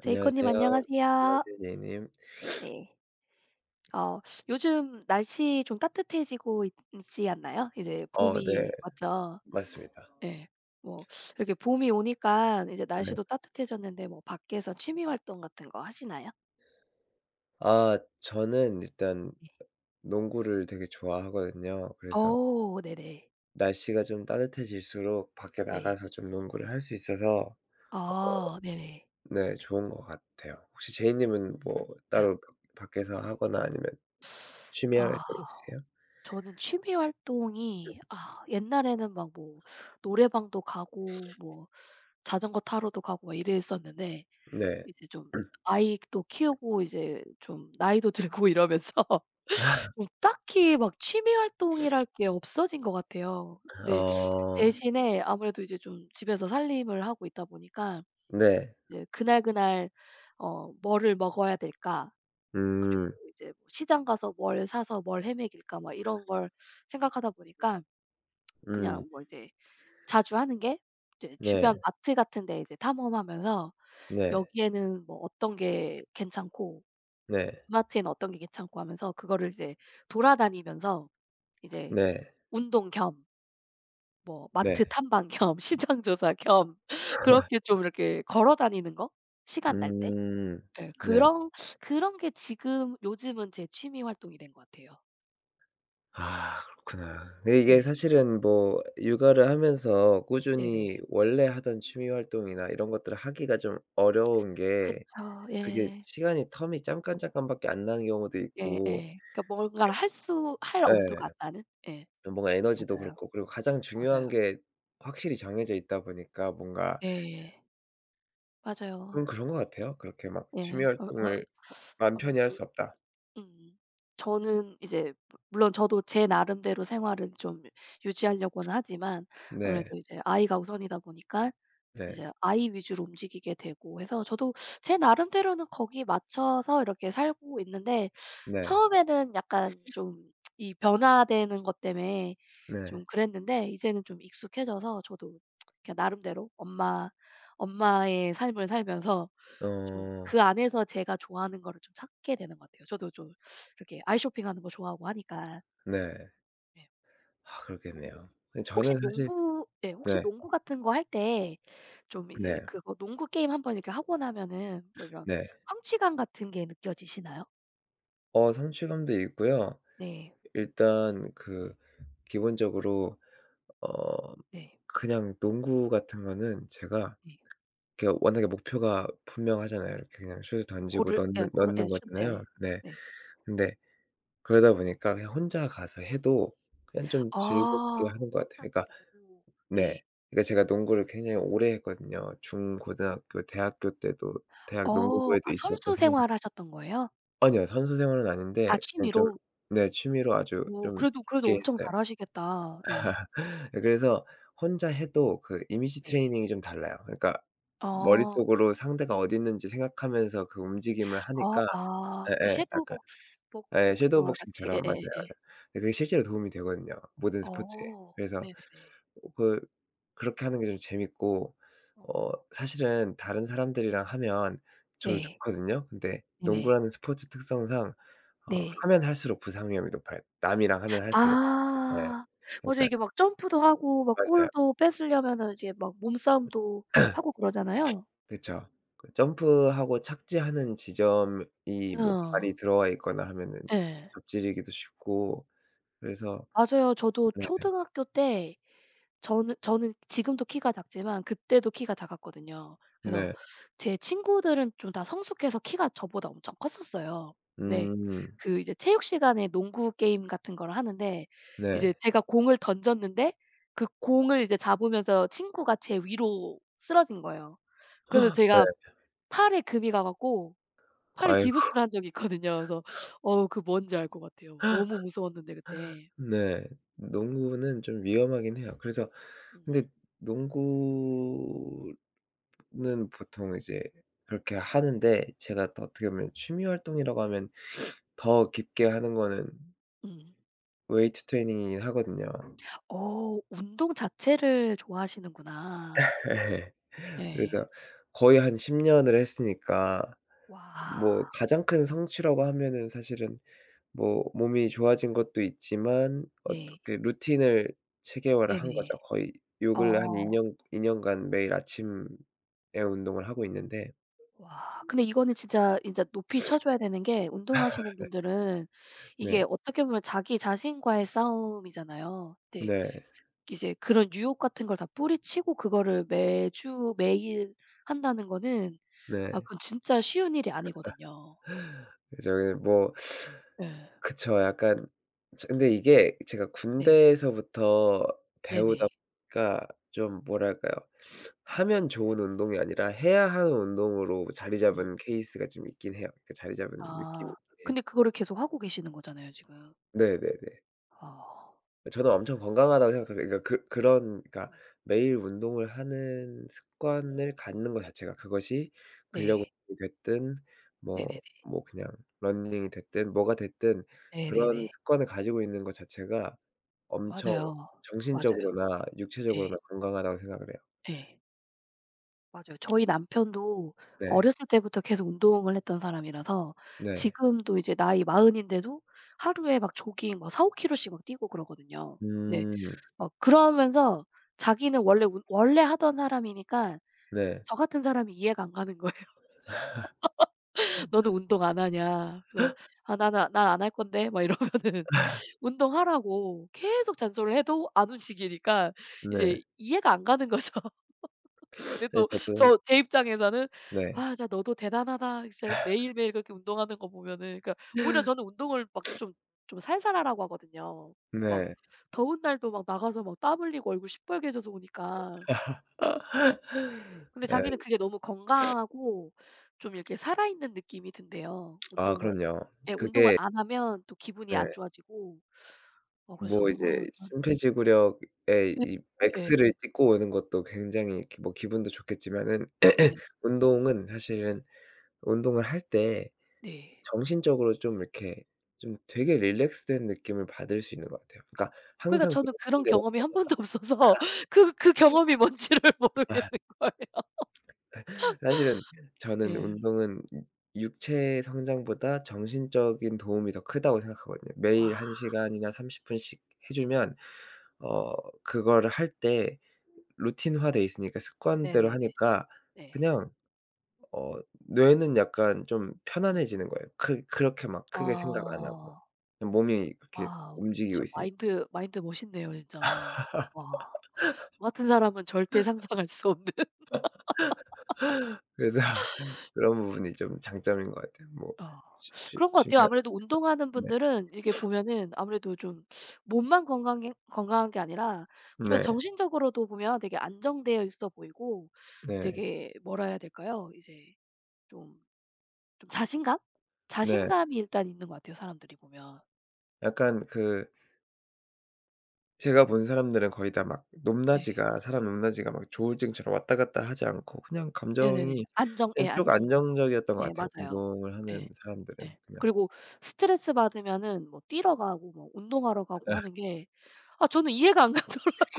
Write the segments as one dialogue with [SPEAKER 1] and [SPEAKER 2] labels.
[SPEAKER 1] 제이코님
[SPEAKER 2] 안녕하세요.
[SPEAKER 1] 안녕하세요.
[SPEAKER 2] 안녕하세요 A님.
[SPEAKER 1] 네. 어 요즘 날씨 좀 따뜻해지고 있 있지 않나요? 이제
[SPEAKER 2] 어, 네.
[SPEAKER 1] 봄이 왔죠.
[SPEAKER 2] 맞습니다.
[SPEAKER 1] 네. 뭐 이렇게 봄이 오니까 이제
[SPEAKER 2] 네.
[SPEAKER 1] 날씨도 따뜻해졌는데 뭐 밖에서 취미 활동 같은 거 하시나요?
[SPEAKER 2] 아 저는 일단
[SPEAKER 1] 네.
[SPEAKER 2] 농구를 되게 좋아하거든요. 그래서
[SPEAKER 1] 오, 네네.
[SPEAKER 2] 날씨가 좀 따뜻해질수록 밖에
[SPEAKER 1] 네.
[SPEAKER 2] 나가서 좀 농구를 할 수 있어서 어
[SPEAKER 1] 아 네네.
[SPEAKER 2] 네, 좋은 것 같아요. 혹시 이님은 뭐
[SPEAKER 1] 예.
[SPEAKER 2] 따로 밖 밖에서 하거나 아니면 취미 활동
[SPEAKER 1] 아
[SPEAKER 2] 있으세요?
[SPEAKER 1] 저는 취미 활동이 아 옛날에는 막 뭐 노래방도 가고 뭐 자전거 타러도 가고 막 이랬었는데
[SPEAKER 2] 네.
[SPEAKER 1] 이제 좀 아이도 키우고 이제 좀 나이도 들고 이러면서 좀 딱히 막 취미 활동이랄 게 없어진 것 같아요. 근데
[SPEAKER 2] 어.
[SPEAKER 1] 대신에 아무래도 이제 좀 집에서 살림을 하고 있다 보니까
[SPEAKER 2] 네.
[SPEAKER 1] 이제 그날그날 어 뭐를 먹어야 될까? 그리고
[SPEAKER 2] 음.
[SPEAKER 1] 이제 뭐 시장 가서 뭘 사서 뭘 헤매길까? 막 이런 걸 생각하다 보니까
[SPEAKER 2] 음.
[SPEAKER 1] 그냥 뭐 이제 자주 하는 게 이제 주변
[SPEAKER 2] 네.
[SPEAKER 1] 마트 같은 데 이제 탐험하면서
[SPEAKER 2] 네.
[SPEAKER 1] 여기에는 뭐 어떤 게 괜찮고
[SPEAKER 2] 네.
[SPEAKER 1] 마트에는 어떤 게 괜찮고 하면서 그거를 이제 돌아다니면서 이제
[SPEAKER 2] 네.
[SPEAKER 1] 운동 겸 뭐
[SPEAKER 2] 네.
[SPEAKER 1] 마트 탐방 겸 시장 조사 겸 그렇게 좀 이렇게 걸어 다니는 거 시간 날 때
[SPEAKER 2] 음.
[SPEAKER 1] 예
[SPEAKER 2] 네.
[SPEAKER 1] 그런 그런 게 지금 요즘은 제 취미 활동이 된 것 같아요.
[SPEAKER 2] 아 그렇구나. 근데 이게
[SPEAKER 1] 예.
[SPEAKER 2] 사실은 뭐 육아를 하면서
[SPEAKER 1] 네네.
[SPEAKER 2] 꾸준히 원래 하던 취미 활동이나 이런 것들을 하기가 좀 어려운 게,
[SPEAKER 1] 그쵸.
[SPEAKER 2] 그게
[SPEAKER 1] 예.
[SPEAKER 2] 시간이 텀이 잠깐 잠깐밖에 안 나는 경우도
[SPEAKER 1] 예예.
[SPEAKER 2] 있고.
[SPEAKER 1] 그러니까 뭔가를 할 엄두가 안
[SPEAKER 2] 예.
[SPEAKER 1] 나는? 예.
[SPEAKER 2] 뭔가 에너지도
[SPEAKER 1] 맞아요.
[SPEAKER 2] 그렇고, 그리고 가장
[SPEAKER 1] 맞아요.
[SPEAKER 2] 중요한 게 확실히 정해져 있다 보니까 뭔가
[SPEAKER 1] 예. 예. 맞아요.
[SPEAKER 2] 좀 그런 것 같아요. 그렇게 막 취미
[SPEAKER 1] 예. 어 어
[SPEAKER 2] 활동을 마음 편히 할
[SPEAKER 1] 아무래도
[SPEAKER 2] 수 없다.
[SPEAKER 1] 음. 저는 이제 무 물론 저도 제 나름대로 생활을 좀 유지하려고는 하지만
[SPEAKER 2] 네.
[SPEAKER 1] 아무래도 이제 아이가 우선이다 보니까
[SPEAKER 2] 네.
[SPEAKER 1] 이제 아이 위주로 움직이게 되고 해서 저도 제 나름대로는 거기 맞춰서 이렇게 살고 있는데
[SPEAKER 2] 네.
[SPEAKER 1] 처음에는 약간 좀 이 변화되는 것 때문에
[SPEAKER 2] 네.
[SPEAKER 1] 좀 그랬는데 이제는 좀 익숙해져서 저도 그냥 나름대로 엄마의 삶을 살면서 좀
[SPEAKER 2] 어.
[SPEAKER 1] 그 안에서 제가 좋아하는 거를 좀 찾게 되는 것 같아요. 저도 좀 이렇게 아이 쇼핑하는 거 좋아하고 하니까.
[SPEAKER 2] 네.
[SPEAKER 1] 네.
[SPEAKER 2] 아 그렇겠네요. 저는 사실
[SPEAKER 1] 혹시
[SPEAKER 2] 네.
[SPEAKER 1] 농구 같은 거 할 때 좀 이제
[SPEAKER 2] 네.
[SPEAKER 1] 그거 농구 게임 한번 이렇게 하고 나면은 뭐 이런
[SPEAKER 2] 네.
[SPEAKER 1] 성취감 같은 게 느껴지시나요?
[SPEAKER 2] 성취감도 있고요.
[SPEAKER 1] 네.
[SPEAKER 2] 일단 그 기본적으로 어
[SPEAKER 1] 네.
[SPEAKER 2] 그냥 농구 같은 거는 제가
[SPEAKER 1] 네.
[SPEAKER 2] 이렇게 워낙에 목표가 분명하잖아요. 이렇게 그냥 슛을 던지고 넣는
[SPEAKER 1] 골을 예
[SPEAKER 2] 넣는
[SPEAKER 1] 슛
[SPEAKER 2] 거잖아요.
[SPEAKER 1] 예.
[SPEAKER 2] 네.
[SPEAKER 1] 네.
[SPEAKER 2] 근데 그러다 보니까 그냥 혼자 가서 해도 그냥 좀 즐겁게
[SPEAKER 1] 아
[SPEAKER 2] 하는 것 같아요. 그러니까
[SPEAKER 1] 혼자서도. 네.
[SPEAKER 2] 네. 그러니까 제가 농구를 굉장히 오래 했거든요. 중 고등학교 대학교 때도 대학
[SPEAKER 1] 어
[SPEAKER 2] 농구부에도
[SPEAKER 1] 아
[SPEAKER 2] 있었고.
[SPEAKER 1] 선수 생활하셨던 거예요?
[SPEAKER 2] 아니요, 선수 생활은 아닌데
[SPEAKER 1] 아
[SPEAKER 2] 그냥 좀,
[SPEAKER 1] 취미로?
[SPEAKER 2] 네, 취미로 아주
[SPEAKER 1] 오
[SPEAKER 2] 좀
[SPEAKER 1] 그래도 그래도
[SPEAKER 2] 깊게
[SPEAKER 1] 엄청
[SPEAKER 2] 했어요.
[SPEAKER 1] 잘하시겠다. 예.
[SPEAKER 2] 예, 그래서 혼자 해도 그 이미지
[SPEAKER 1] 네.
[SPEAKER 2] 트레이닝이 좀 달라요. 그러니까
[SPEAKER 1] 아.
[SPEAKER 2] 머릿속으로 상대가 어디 있는지 생각하면서 그 움직임을
[SPEAKER 1] 어
[SPEAKER 2] 하니까.
[SPEAKER 1] 아 그
[SPEAKER 2] 예예,
[SPEAKER 1] 섀도우
[SPEAKER 2] 약간,
[SPEAKER 1] 복스 복
[SPEAKER 2] 예, 섀도우
[SPEAKER 1] 복숭아와 같이
[SPEAKER 2] 복싱처럼 맞아요.
[SPEAKER 1] 예예예예.
[SPEAKER 2] 예, 그게 실제로 도움이 되거든요, 모든 스포츠에.
[SPEAKER 1] 어
[SPEAKER 2] 그래서
[SPEAKER 1] 네네네.
[SPEAKER 2] 그 그렇게 하는 게 좀 재밌고,
[SPEAKER 1] 어.
[SPEAKER 2] 사실은 다른 사람들이랑 하면 저도
[SPEAKER 1] 네.
[SPEAKER 2] 좋거든요. 근데
[SPEAKER 1] 네네.
[SPEAKER 2] 농구라는 스포츠 특성상 어
[SPEAKER 1] 네.
[SPEAKER 2] 하면 할수록 부상 위험이 높아요. 남이랑 하면 할수록. 네.
[SPEAKER 1] 아. 맞아.
[SPEAKER 2] 그러니까
[SPEAKER 1] 이게 막 점프도 하고 막
[SPEAKER 2] 맞아요.
[SPEAKER 1] 골도 뺏으려면은 이제 막 몸싸움도 하고 그러잖아요.
[SPEAKER 2] 그쵸. 그 점프하고 착지하는 지점이 뭐
[SPEAKER 1] 어.
[SPEAKER 2] 발이 들어와 있거나 하면은
[SPEAKER 1] 예.
[SPEAKER 2] 접질리기도 쉽고. 그래서
[SPEAKER 1] 맞아요. 저도
[SPEAKER 2] 네.
[SPEAKER 1] 초등학교 때 저는 지금도 키가 작지만 그때도 키가 작았거든요. 그래서
[SPEAKER 2] 네.
[SPEAKER 1] 제 친구들은 좀 다 성숙해서 키가 저보다 엄청 컸었어요. 네.
[SPEAKER 2] 음.
[SPEAKER 1] 그 이제 체육 시간에 농구 게임 같은 걸 하는데 이제
[SPEAKER 2] 네.
[SPEAKER 1] 제가 공을 던졌는데 그 공을 이제 잡으면서 친구가 제 위로 쓰러진 거예요. 그래서
[SPEAKER 2] 네.
[SPEAKER 1] 제가 팔에 금이 가 갖고 팔에
[SPEAKER 2] 아이고
[SPEAKER 1] 기부스를 한 적이 있거든요. 그래서 어 그 뭔지 알 것 같아요. 너무 무서웠는데 그때.
[SPEAKER 2] 네. 농구는 좀 위험하긴 해요. 그래서 근데
[SPEAKER 1] 음.
[SPEAKER 2] 농구는 보통 이제 그렇게 하는데, 제가 더 어떻게 보면 취미 활동이라고 하면 더 깊게 하는 거는
[SPEAKER 1] 음.
[SPEAKER 2] 웨이트 트레이닝이긴 하거든요.
[SPEAKER 1] 어 운동 자체를 좋아하시는구나.
[SPEAKER 2] 예,
[SPEAKER 1] 예.
[SPEAKER 2] 그래서 거의 한 10년 년을 했으니까
[SPEAKER 1] 와.
[SPEAKER 2] 뭐 가장 큰 성취라고 하면은 사실은 뭐 몸이 좋아진 것도 있지만
[SPEAKER 1] 네.
[SPEAKER 2] 어떻게 루틴을 체계화를 한
[SPEAKER 1] 네네.
[SPEAKER 2] 거죠. 거의 요 근래 한 2
[SPEAKER 1] 어.
[SPEAKER 2] 년 2년간 년간 매일 아침에 운동을 하고 있는데.
[SPEAKER 1] 와. 근데 이거는 진짜 진짜 높이 쳐 줘야 되는 게 운동하시는 분들은 이게
[SPEAKER 2] 네.
[SPEAKER 1] 어떻게 보면 자기 자신과의 싸움이잖아요. 네.
[SPEAKER 2] 네.
[SPEAKER 1] 이제 그런 유혹 같은 걸 다 뿌리치고 그거를 매주 매일 한다는 거는 아
[SPEAKER 2] 네.
[SPEAKER 1] 그건 진짜 쉬운 일이 아니거든요.
[SPEAKER 2] 그래서 예뭐
[SPEAKER 1] 예.
[SPEAKER 2] 그쵸. 약간 저 근데 이게 제가
[SPEAKER 1] 네.
[SPEAKER 2] 군대에서부터 배우다
[SPEAKER 1] 네네.
[SPEAKER 2] 보니까 좀 뭐랄까요, 하면 좋은 운동이 아니라 해야 하는 운동으로 자리
[SPEAKER 1] 음.
[SPEAKER 2] 잡은 케이스가 좀 있긴 해요. 그 자리 잡은 느낌이
[SPEAKER 1] 아
[SPEAKER 2] 있긴 해요.
[SPEAKER 1] 근데 그거를 계속 하고 계시는 거잖아요 지금.
[SPEAKER 2] 네네네.
[SPEAKER 1] 어.
[SPEAKER 2] 저는 엄청 건강하다고 생각합니다. 그러니까 그런 그러니까
[SPEAKER 1] 음.
[SPEAKER 2] 매일 운동을 하는 습관을 갖는 것 자체가, 그것이 근력
[SPEAKER 1] 네.
[SPEAKER 2] 운동이 됐든 뭐
[SPEAKER 1] 네네네.
[SPEAKER 2] 뭐 그냥 러닝이 됐든 뭐가 됐든 그런
[SPEAKER 1] 네네네.
[SPEAKER 2] 습관을 가지고 있는 것 자체가 엄청
[SPEAKER 1] 맞아요. 맞아요.
[SPEAKER 2] 정신적으로나
[SPEAKER 1] 예.
[SPEAKER 2] 육체적으로나 건강하다고 생각을 해요.
[SPEAKER 1] 예. 맞아요. 저희 남편도
[SPEAKER 2] 네.
[SPEAKER 1] 어렸을 때부터 계속 운동을 했던 사람이라서
[SPEAKER 2] 네.
[SPEAKER 1] 지금도 이제 나이 마흔 인데도 하루에 막 조깅 막 4-5 킬로씩 막 뛰고 그러거든요. 네.
[SPEAKER 2] 음.
[SPEAKER 1] 막 그러면서 자기는 원래 하던 사람이니까
[SPEAKER 2] 네.
[SPEAKER 1] 저 같은 사람이 이해가 안 가는 거예요. "너는 운동 안 하냐." 그래서 "아 나는 난 안 할 건데." 막 이러면은 운동하라고 계속 잔소리를 해도 안 움직이니까
[SPEAKER 2] 네.
[SPEAKER 1] 이제 이해가 안 가는 거죠. 근데
[SPEAKER 2] 네
[SPEAKER 1] 또
[SPEAKER 2] 저도.
[SPEAKER 1] 제 입장에서는
[SPEAKER 2] 네.
[SPEAKER 1] '아 진짜 너도 대단하다. 진짜 매일매일 그렇게 운동하는 거 보면은.' 그러니까 오히려 저는 운동을 막 좀 살살하라고 하거든요. 막
[SPEAKER 2] 네.
[SPEAKER 1] 더운 날도 막 나가서 막 땀 흘리고 얼굴 시뻘개져서 오니까. 근데
[SPEAKER 2] 네.
[SPEAKER 1] 자기는 그게 너무 건강하고 좀 이렇게 살아있는 느낌이 든대요.
[SPEAKER 2] 아 그럼요.
[SPEAKER 1] 운동을
[SPEAKER 2] 그게
[SPEAKER 1] 안 하면 또 기분이 안
[SPEAKER 2] 네
[SPEAKER 1] 좋아지고. 어
[SPEAKER 2] 뭐
[SPEAKER 1] 그래서 아
[SPEAKER 2] 이제
[SPEAKER 1] 난
[SPEAKER 2] 심폐지구력의 이
[SPEAKER 1] 예예.
[SPEAKER 2] 맥스를 찍고 오는 것도 굉장히 이렇게 뭐 기분도 좋겠지만은,
[SPEAKER 1] 네네.
[SPEAKER 2] 운동은 사실은 운동을 할 때
[SPEAKER 1] 네.
[SPEAKER 2] 정신적으로 좀 이렇게 좀 되게 릴렉스된 느낌을 받을 수 있는 것 같아요. 그러니까
[SPEAKER 1] 그러니까
[SPEAKER 2] 항상 그
[SPEAKER 1] 저는 그런
[SPEAKER 2] 루틴대로
[SPEAKER 1] 경험이 한
[SPEAKER 2] 하잖아요.
[SPEAKER 1] 번도 없어서 그 경험이 뭔지를 모르겠는 거예요.
[SPEAKER 2] 사실은 저는
[SPEAKER 1] 예.
[SPEAKER 2] 운동은 육체 성장보다 정신적인 도움이 더 크다고 생각하거든요.
[SPEAKER 1] 와.
[SPEAKER 2] 매일 1시간 시간이나 30분 분씩 해 주면 어 그거를 할 때 루틴화돼 있으니까 습관대로
[SPEAKER 1] 네네네.
[SPEAKER 2] 하니까
[SPEAKER 1] 네.
[SPEAKER 2] 그냥 어 뇌는 약간 좀
[SPEAKER 1] 음.
[SPEAKER 2] 편안해지는 거예요. 크 그렇게 막 크게 생각 안 하고.
[SPEAKER 1] 아.
[SPEAKER 2] 그냥 몸이 그렇게
[SPEAKER 1] 와우.
[SPEAKER 2] 움직이고
[SPEAKER 1] 진짜
[SPEAKER 2] 있으니까.
[SPEAKER 1] 마인드 멋있네요 진짜. 와. 저 같은 사람은 절대 상상할 수 없는.
[SPEAKER 2] 그래서 그런 부분이 좀 장점인 것 같아요. 뭐
[SPEAKER 1] 어.
[SPEAKER 2] 쉬 쉬
[SPEAKER 1] 그런 것 같아요.
[SPEAKER 2] 쉬면
[SPEAKER 1] 아무래도 운동하는
[SPEAKER 2] 네.
[SPEAKER 1] 분들은 이게 보면은 아무래도 좀 몸만 건강해 건강한 게 아니라 보면
[SPEAKER 2] 네.
[SPEAKER 1] 정신적으로도 보면 되게 안정되어 있어 보이고
[SPEAKER 2] 네.
[SPEAKER 1] 되게 뭐라 해야 될까요? 이제 좀 좀 자신감?
[SPEAKER 2] 네.
[SPEAKER 1] 자신감이 일단 있는 것 같아요, 사람들이 보면.
[SPEAKER 2] 약간 그 제가 본 사람들은 거의 다 막
[SPEAKER 1] 네.
[SPEAKER 2] 높낮이가 사람 높낮이가 막 조울증처럼 왔다 갔다 하지 않고 그냥
[SPEAKER 1] 네네네.
[SPEAKER 2] 감정이 그냥 쭉
[SPEAKER 1] 안정적인.
[SPEAKER 2] 안정적이었던 것
[SPEAKER 1] 예
[SPEAKER 2] 같아요,
[SPEAKER 1] 맞아요.
[SPEAKER 2] 운동을 하는
[SPEAKER 1] 예.
[SPEAKER 2] 사람들은
[SPEAKER 1] 예.
[SPEAKER 2] 그냥.
[SPEAKER 1] 그리고 스트레스 받으면은 뭐 뛰러 가고 뭐 운동하러 가고 하는 게 아 저는 이해가 안 가더라고요.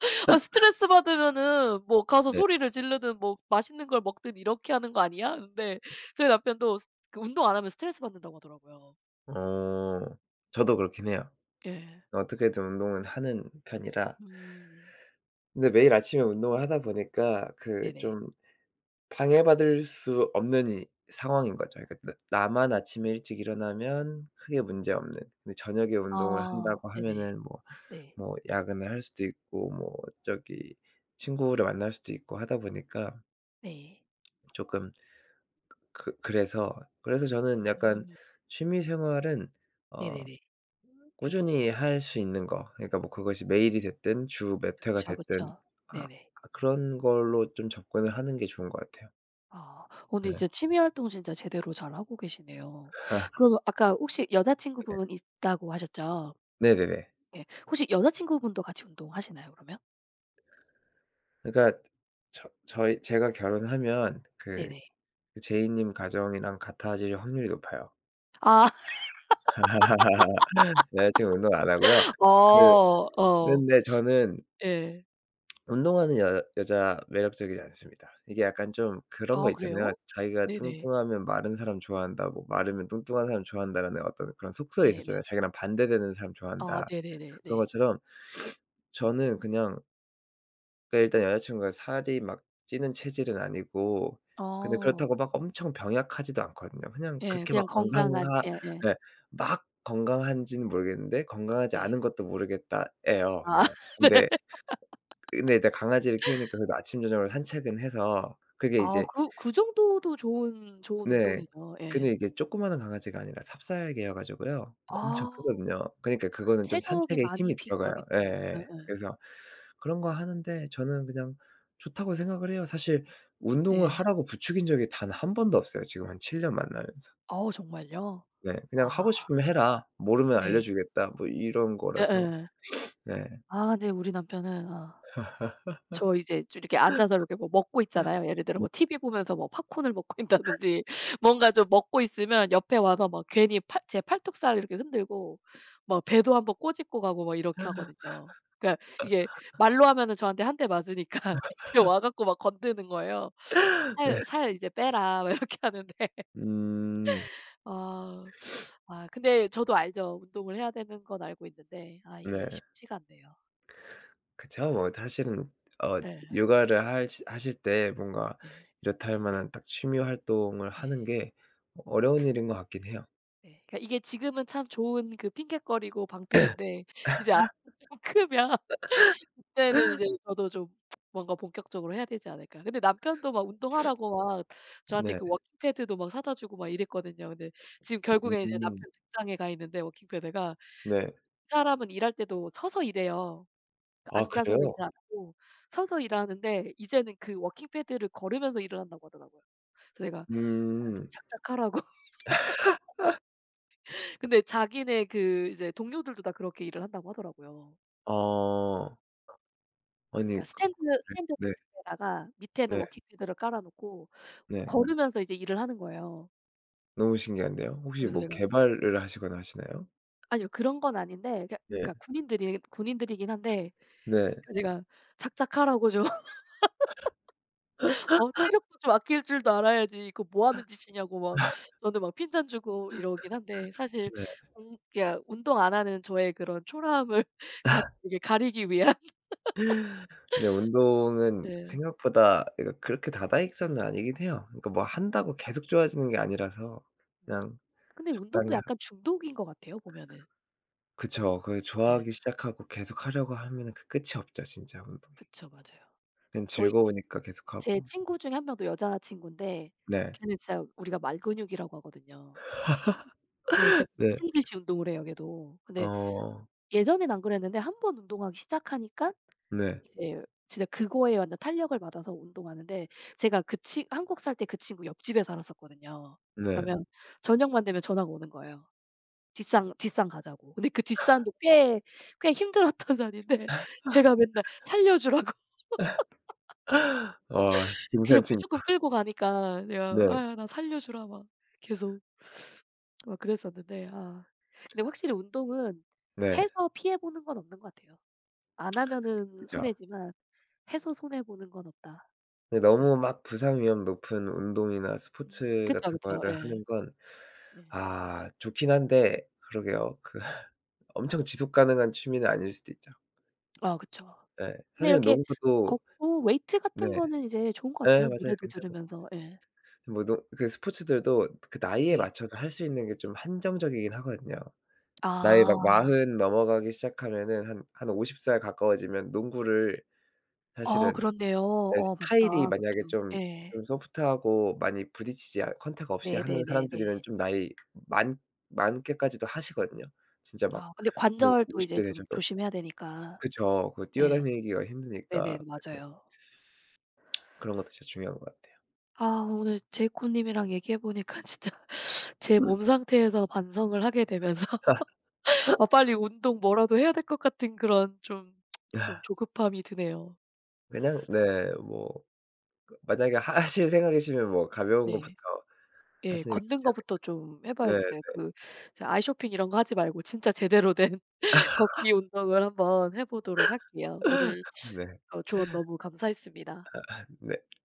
[SPEAKER 1] 아 스트레스 받으면은 뭐 가서
[SPEAKER 2] 네.
[SPEAKER 1] 소리를 지르든 뭐 맛있는 걸 먹든 이렇게 하는 거 아니야? 근데 저희 남편도 스 그 운동 안 하면 스트레스 받는다고 하더라고요.
[SPEAKER 2] 어 저도 그렇긴 해요.
[SPEAKER 1] 예.
[SPEAKER 2] 어떻게든 운동은 하는 편이라.
[SPEAKER 1] 음.
[SPEAKER 2] 근데 매일 아침에 운동을 하다 보니까 그
[SPEAKER 1] 네네.
[SPEAKER 2] 좀 방해받을 수 없는 이 상황인 거죠. 그러니까 나 나만
[SPEAKER 1] 음
[SPEAKER 2] 아침에 일찍 일어나면 크게
[SPEAKER 1] 음.
[SPEAKER 2] 문제 없는. 근데 저녁에 운동을
[SPEAKER 1] 아
[SPEAKER 2] 한다고
[SPEAKER 1] 네네.
[SPEAKER 2] 하면은 뭐
[SPEAKER 1] 네.
[SPEAKER 2] 뭐 야근을 할 수도 있고 뭐 저기 친구를 만날 수도 있고 하다 보니까
[SPEAKER 1] 네.
[SPEAKER 2] 조금 그 그래서 그래서 저는 약간
[SPEAKER 1] 음.
[SPEAKER 2] 취미 생활은 어
[SPEAKER 1] 네네네.
[SPEAKER 2] 꾸준히 할 수 있는 거, 그러니까 뭐 그것이 매일이 됐든 주 몇 회가
[SPEAKER 1] 그쵸,
[SPEAKER 2] 됐든
[SPEAKER 1] 그쵸.
[SPEAKER 2] 아
[SPEAKER 1] 네네.
[SPEAKER 2] 그런 걸로 좀 접근을 하는 게 좋은 것 같아요.
[SPEAKER 1] 아. 오늘
[SPEAKER 2] 네.
[SPEAKER 1] 이제 취미 활동 진짜 제대로 잘하고 계시네요. 그러면 아까 혹시 여자친구분 있다고 하셨죠?
[SPEAKER 2] 네네네.
[SPEAKER 1] 예. 혹시 여자친구분도 같이 운동하시나요 그러면?
[SPEAKER 2] 그러니까 저 저희 제가 결혼하면 그
[SPEAKER 1] 네네.
[SPEAKER 2] 제이 님 가정이랑 같아질 확률이 높아요.
[SPEAKER 1] 아.
[SPEAKER 2] 여자친구 운동 안 하고요. 그
[SPEAKER 1] 어. 어.
[SPEAKER 2] 근데 저는
[SPEAKER 1] 예.
[SPEAKER 2] 운동하는 여 여자 매력적이지 않습니다. 이게 약간 좀 그런
[SPEAKER 1] 아
[SPEAKER 2] 거 있잖아요.
[SPEAKER 1] 그래요?
[SPEAKER 2] 자기가
[SPEAKER 1] 네네.
[SPEAKER 2] "뚱뚱하면 마른 사람 좋아한다.", 뭐 "마르면 뚱뚱한 사람 좋아한다."라는 어떤 그런 속설이
[SPEAKER 1] 네네.
[SPEAKER 2] 있었잖아요. 자기랑 반대되는 사람
[SPEAKER 1] 아
[SPEAKER 2] 좋아한다.
[SPEAKER 1] 네네네
[SPEAKER 2] 그런
[SPEAKER 1] 네.
[SPEAKER 2] 것처럼 저는 그냥, 그러니까 일단 여자 친구가 살이 막 찌는 체질은 아니고 근데
[SPEAKER 1] 어.
[SPEAKER 2] 그렇다고 막 엄청 병약하지도 않거든요. 그냥
[SPEAKER 1] 예.
[SPEAKER 2] 그렇게 막
[SPEAKER 1] 그냥 건강한
[SPEAKER 2] 건강하
[SPEAKER 1] 예예.
[SPEAKER 2] 예. 막 건강한지는 모르겠는데 건강하지
[SPEAKER 1] 네.
[SPEAKER 2] 않은 것도 모르겠다 예요
[SPEAKER 1] 아
[SPEAKER 2] 그냥.
[SPEAKER 1] 네.
[SPEAKER 2] 근데 이제 강아지를 키우니까 그래도 아침 저녁으로 산책은 해서 그게
[SPEAKER 1] 아
[SPEAKER 2] 이제
[SPEAKER 1] 그 정도도 좋은
[SPEAKER 2] 네.
[SPEAKER 1] 운동이죠. 예.
[SPEAKER 2] 근데 이게 조그마한 강아지가 아니라 삽살개여 가지고요. 엄청
[SPEAKER 1] 아.
[SPEAKER 2] 크거든요. 그러니까 그거는 좀
[SPEAKER 1] 체력이
[SPEAKER 2] 산책에
[SPEAKER 1] 많이
[SPEAKER 2] 힘이 들어가요.
[SPEAKER 1] 필요하겠네요.
[SPEAKER 2] 예예.
[SPEAKER 1] 예예.
[SPEAKER 2] 그래서 그런 거 하는데 저는 그냥 좋다고 생각을 해요. 사실 운동을
[SPEAKER 1] 예.
[SPEAKER 2] 하라고 부추긴 적이 단 한 번도 없어요, 지금 한 7년 만나면서.
[SPEAKER 1] 우 정말요?
[SPEAKER 2] 네. 그냥
[SPEAKER 1] 와.
[SPEAKER 2] "하고 싶으면 해라. 모르면
[SPEAKER 1] 예.
[SPEAKER 2] 알려주겠다." 뭐 이런 거라서.
[SPEAKER 1] 예예.
[SPEAKER 2] 네.
[SPEAKER 1] 아 근데 우리 남편은 아 저 이제 좀 이렇게 앉아서 이렇게 뭐 먹고 있잖아요. 예를 들어 뭐 TV 보면서 뭐 팝콘을 먹고 있다든지 뭔가 좀 먹고 있으면 옆에 와서 막 괜히 팔 제 팔뚝살 이렇게 흔들고 막 배도 한번 꼬집고 가고 막 이렇게 하거든요. 그러니까 이게 말로 하면은 저한테 한 대 맞으니까 이제 와 갖고 막 건드는 거예요.
[SPEAKER 2] 네.
[SPEAKER 1] "살 이제 빼라." 막 이렇게 하는데
[SPEAKER 2] 음.
[SPEAKER 1] 아. 아 근데 저도 알죠. 운동을 해야 되는 건 알고 있는데 아 이게
[SPEAKER 2] 네.
[SPEAKER 1] 쉽지가 않네요.
[SPEAKER 2] 그쵸. 뭐 사실은 어
[SPEAKER 1] 예.
[SPEAKER 2] 육아를 하 하실 때 뭔가
[SPEAKER 1] 예.
[SPEAKER 2] 이렇다 할 만한 딱 취미 활동을
[SPEAKER 1] 예.
[SPEAKER 2] 하는 게 어려운 일인 것 같긴 해요.
[SPEAKER 1] 예. 그러니까 이게 지금은 참 좋은 그 핑곗거리고 방패인데 이제 아이가 좀 크면 그때는 이제 저도 좀 뭔가 본격적으로 해야 되지 않을까. 근데 남편도 막 운동하라고 막 저한테
[SPEAKER 2] 네.
[SPEAKER 1] 그 워킹 패드도 막 사다 주고 막 이랬거든요. 근데 지금 결국에 이제
[SPEAKER 2] 음.
[SPEAKER 1] 남편 직장에 가 있는데 워킹 패드가
[SPEAKER 2] 네.
[SPEAKER 1] 이 사람은 일할 때도 서서 일해요. 그
[SPEAKER 2] 아
[SPEAKER 1] 앉아서 일을
[SPEAKER 2] 그래요?
[SPEAKER 1] 안 하고 서서 일하는데 이제는 그 워킹 패드를 걸으면서 일을 한다고 하더라고요. 그래서 내가 "아 좀
[SPEAKER 2] 음.
[SPEAKER 1] 착착하라고." 근데 자기네 그 이제 동료들도 다 그렇게 일을 한다고 하더라고요.
[SPEAKER 2] 어. 아니,
[SPEAKER 1] 그러니까 스탠드
[SPEAKER 2] 네.
[SPEAKER 1] 데스크에다가 밑에는
[SPEAKER 2] 네.
[SPEAKER 1] 워킹 패드를 깔아 놓고
[SPEAKER 2] 네. 네.
[SPEAKER 1] 걸으면서 이제 일을 하는 거예요.
[SPEAKER 2] 너무 신기한데요. 혹시
[SPEAKER 1] 그래서
[SPEAKER 2] 뭐
[SPEAKER 1] 내가
[SPEAKER 2] 개발을 하시거나 하시나요?
[SPEAKER 1] "아니요. 그런 건 아닌데"
[SPEAKER 2] 네.
[SPEAKER 1] 그러니까 군인들이긴 한데
[SPEAKER 2] 네.
[SPEAKER 1] 그러니까 제가 "착착하라고 좀." 어 체력도 좀 아낄 줄도 알아야지 이거 뭐 하는 짓이냐고 막 저는 막 핀잔 주고 이러긴 한데 사실
[SPEAKER 2] 네.
[SPEAKER 1] 공그 운동 안 하는 저의 그런 초라함을 가 이게 가리기 위한
[SPEAKER 2] 네. 운동은
[SPEAKER 1] 예.
[SPEAKER 2] 생각보다 이거 그렇게 다다익선은 아니긴 해요. 그러니까 뭐 한다고 계속 좋아지는 게 아니라서
[SPEAKER 1] 음.
[SPEAKER 2] 그냥
[SPEAKER 1] 근데 운동도
[SPEAKER 2] 적당히 하
[SPEAKER 1] 약간 중독인 것 같아요 보면은.
[SPEAKER 2] 그쵸. 그
[SPEAKER 1] 예.
[SPEAKER 2] 좋아하기 시작하고 계속 하려고 하면은 그 끝이 없죠 진짜 운동이.
[SPEAKER 1] 그쵸. 맞아요.
[SPEAKER 2] 그냥
[SPEAKER 1] 저희
[SPEAKER 2] 즐거우니까
[SPEAKER 1] 제
[SPEAKER 2] 계속하고.
[SPEAKER 1] 친구 중에 한 명도 여자친구인데
[SPEAKER 2] 네.
[SPEAKER 1] 걔는 진짜 우리가 말근육이라고 하거든요. 네. 진짜
[SPEAKER 2] 네.
[SPEAKER 1] 미친 듯이 운동을 해요 걔도.
[SPEAKER 2] 어,
[SPEAKER 1] 근데 예전엔 안 그랬는데 한 번 운동하기 시작하니까
[SPEAKER 2] 네.
[SPEAKER 1] 이제 진짜 그거에 완전 탄력을 받아서 운동하는데 제가 그 친 한국 살 때 그 친구 옆집에 살았었거든요.
[SPEAKER 2] 네.
[SPEAKER 1] 그러면 저녁만 되면 전화가 오는 거예요. 뒷산 가자고. 근데 그 뒷산도 꽤 힘들었던 산인데 제가 맨날 "살려 주라."고
[SPEAKER 2] 아
[SPEAKER 1] 그냥
[SPEAKER 2] 등산 친구.
[SPEAKER 1] 무조건 끌고 가니까 내가
[SPEAKER 2] 네.
[SPEAKER 1] "아야 나 살려 주라." 막 계속 막 그랬었는데 아 근데 확실히 운동은
[SPEAKER 2] 네.
[SPEAKER 1] 해서 피해 보는 건 없는 것 같아요. 안 하면은
[SPEAKER 2] 그죠.
[SPEAKER 1] 손해지만 해서 손해 보는 건 없다.
[SPEAKER 2] 근데 너무 막 부상 위험 높은 운동이나 스포츠
[SPEAKER 1] 그쵸,
[SPEAKER 2] 같은
[SPEAKER 1] 그쵸.
[SPEAKER 2] 거를
[SPEAKER 1] 예.
[SPEAKER 2] 하는 건
[SPEAKER 1] 네.
[SPEAKER 2] 아 좋긴 한데 그러게요. 그 엄청 지속 가능한 취미는 아닐 수도 있죠.
[SPEAKER 1] 아 그쵸.
[SPEAKER 2] 예.
[SPEAKER 1] 근데
[SPEAKER 2] 사실은
[SPEAKER 1] 이렇게
[SPEAKER 2] 농구도
[SPEAKER 1] 걷고 웨이트
[SPEAKER 2] 네.
[SPEAKER 1] 같은 거는 이제 좋은 것
[SPEAKER 2] 예
[SPEAKER 1] 같아요,
[SPEAKER 2] 맞아요.
[SPEAKER 1] 노래도
[SPEAKER 2] 괜찮은
[SPEAKER 1] 들으면서. 예.
[SPEAKER 2] 뭐 노 그 스포츠들도 그 나이에
[SPEAKER 1] 네.
[SPEAKER 2] 맞춰서 할 수 있는 게 좀 한정적이긴 하거든요. 나이 막
[SPEAKER 1] 아.
[SPEAKER 2] 40 넘어가기 시작하면은 한 50살 가까워지면 농구를
[SPEAKER 1] 어
[SPEAKER 2] 사실은
[SPEAKER 1] 그렇네요.
[SPEAKER 2] 네
[SPEAKER 1] 어 맞다
[SPEAKER 2] 스타일이 만약에
[SPEAKER 1] 그것도.
[SPEAKER 2] 좀
[SPEAKER 1] 예.
[SPEAKER 2] 좀 소프트하고 많이 부딪히지 않 컨택 없이 하는
[SPEAKER 1] 네네네네.
[SPEAKER 2] 사람들이면 좀 나이 많 많게까지도 하시거든요. 진짜 막
[SPEAKER 1] 아 근데
[SPEAKER 2] 뭐
[SPEAKER 1] 관절도
[SPEAKER 2] 50
[SPEAKER 1] 이제
[SPEAKER 2] 대
[SPEAKER 1] 좀
[SPEAKER 2] 되셔도
[SPEAKER 1] 조심해야 되니까.
[SPEAKER 2] 그쵸. 그
[SPEAKER 1] 예.
[SPEAKER 2] 뛰어다니기가 힘드니까.
[SPEAKER 1] 네네.
[SPEAKER 2] 그래서
[SPEAKER 1] 맞아요.
[SPEAKER 2] 그런 것도 진짜 중요한 것 같아요.
[SPEAKER 1] 아 오늘 제이콥 님이랑 얘기해 보니까 진짜 제 몸 상태에서 반성을 하게 되면서 아 빨리 운동 뭐라도 해야 될 것 같은 그런 좀 좀 조급함이 드네요.
[SPEAKER 2] 그냥 네뭐 만약에 하실 생각이시면 뭐 가벼운
[SPEAKER 1] 네.
[SPEAKER 2] 것부터
[SPEAKER 1] 예.
[SPEAKER 2] 하시는 게
[SPEAKER 1] 걷는
[SPEAKER 2] 좋지
[SPEAKER 1] 거부터 좀 해
[SPEAKER 2] 않을까 네.
[SPEAKER 1] 봐야겠어요. 그 제 아이쇼핑 이런 거 하지 말고 진짜 제대로 된 걷기 운동을 한번 해 보도록 할게요. 오늘
[SPEAKER 2] 네.
[SPEAKER 1] 어 조언 너무 감사했습니다.
[SPEAKER 2] 네.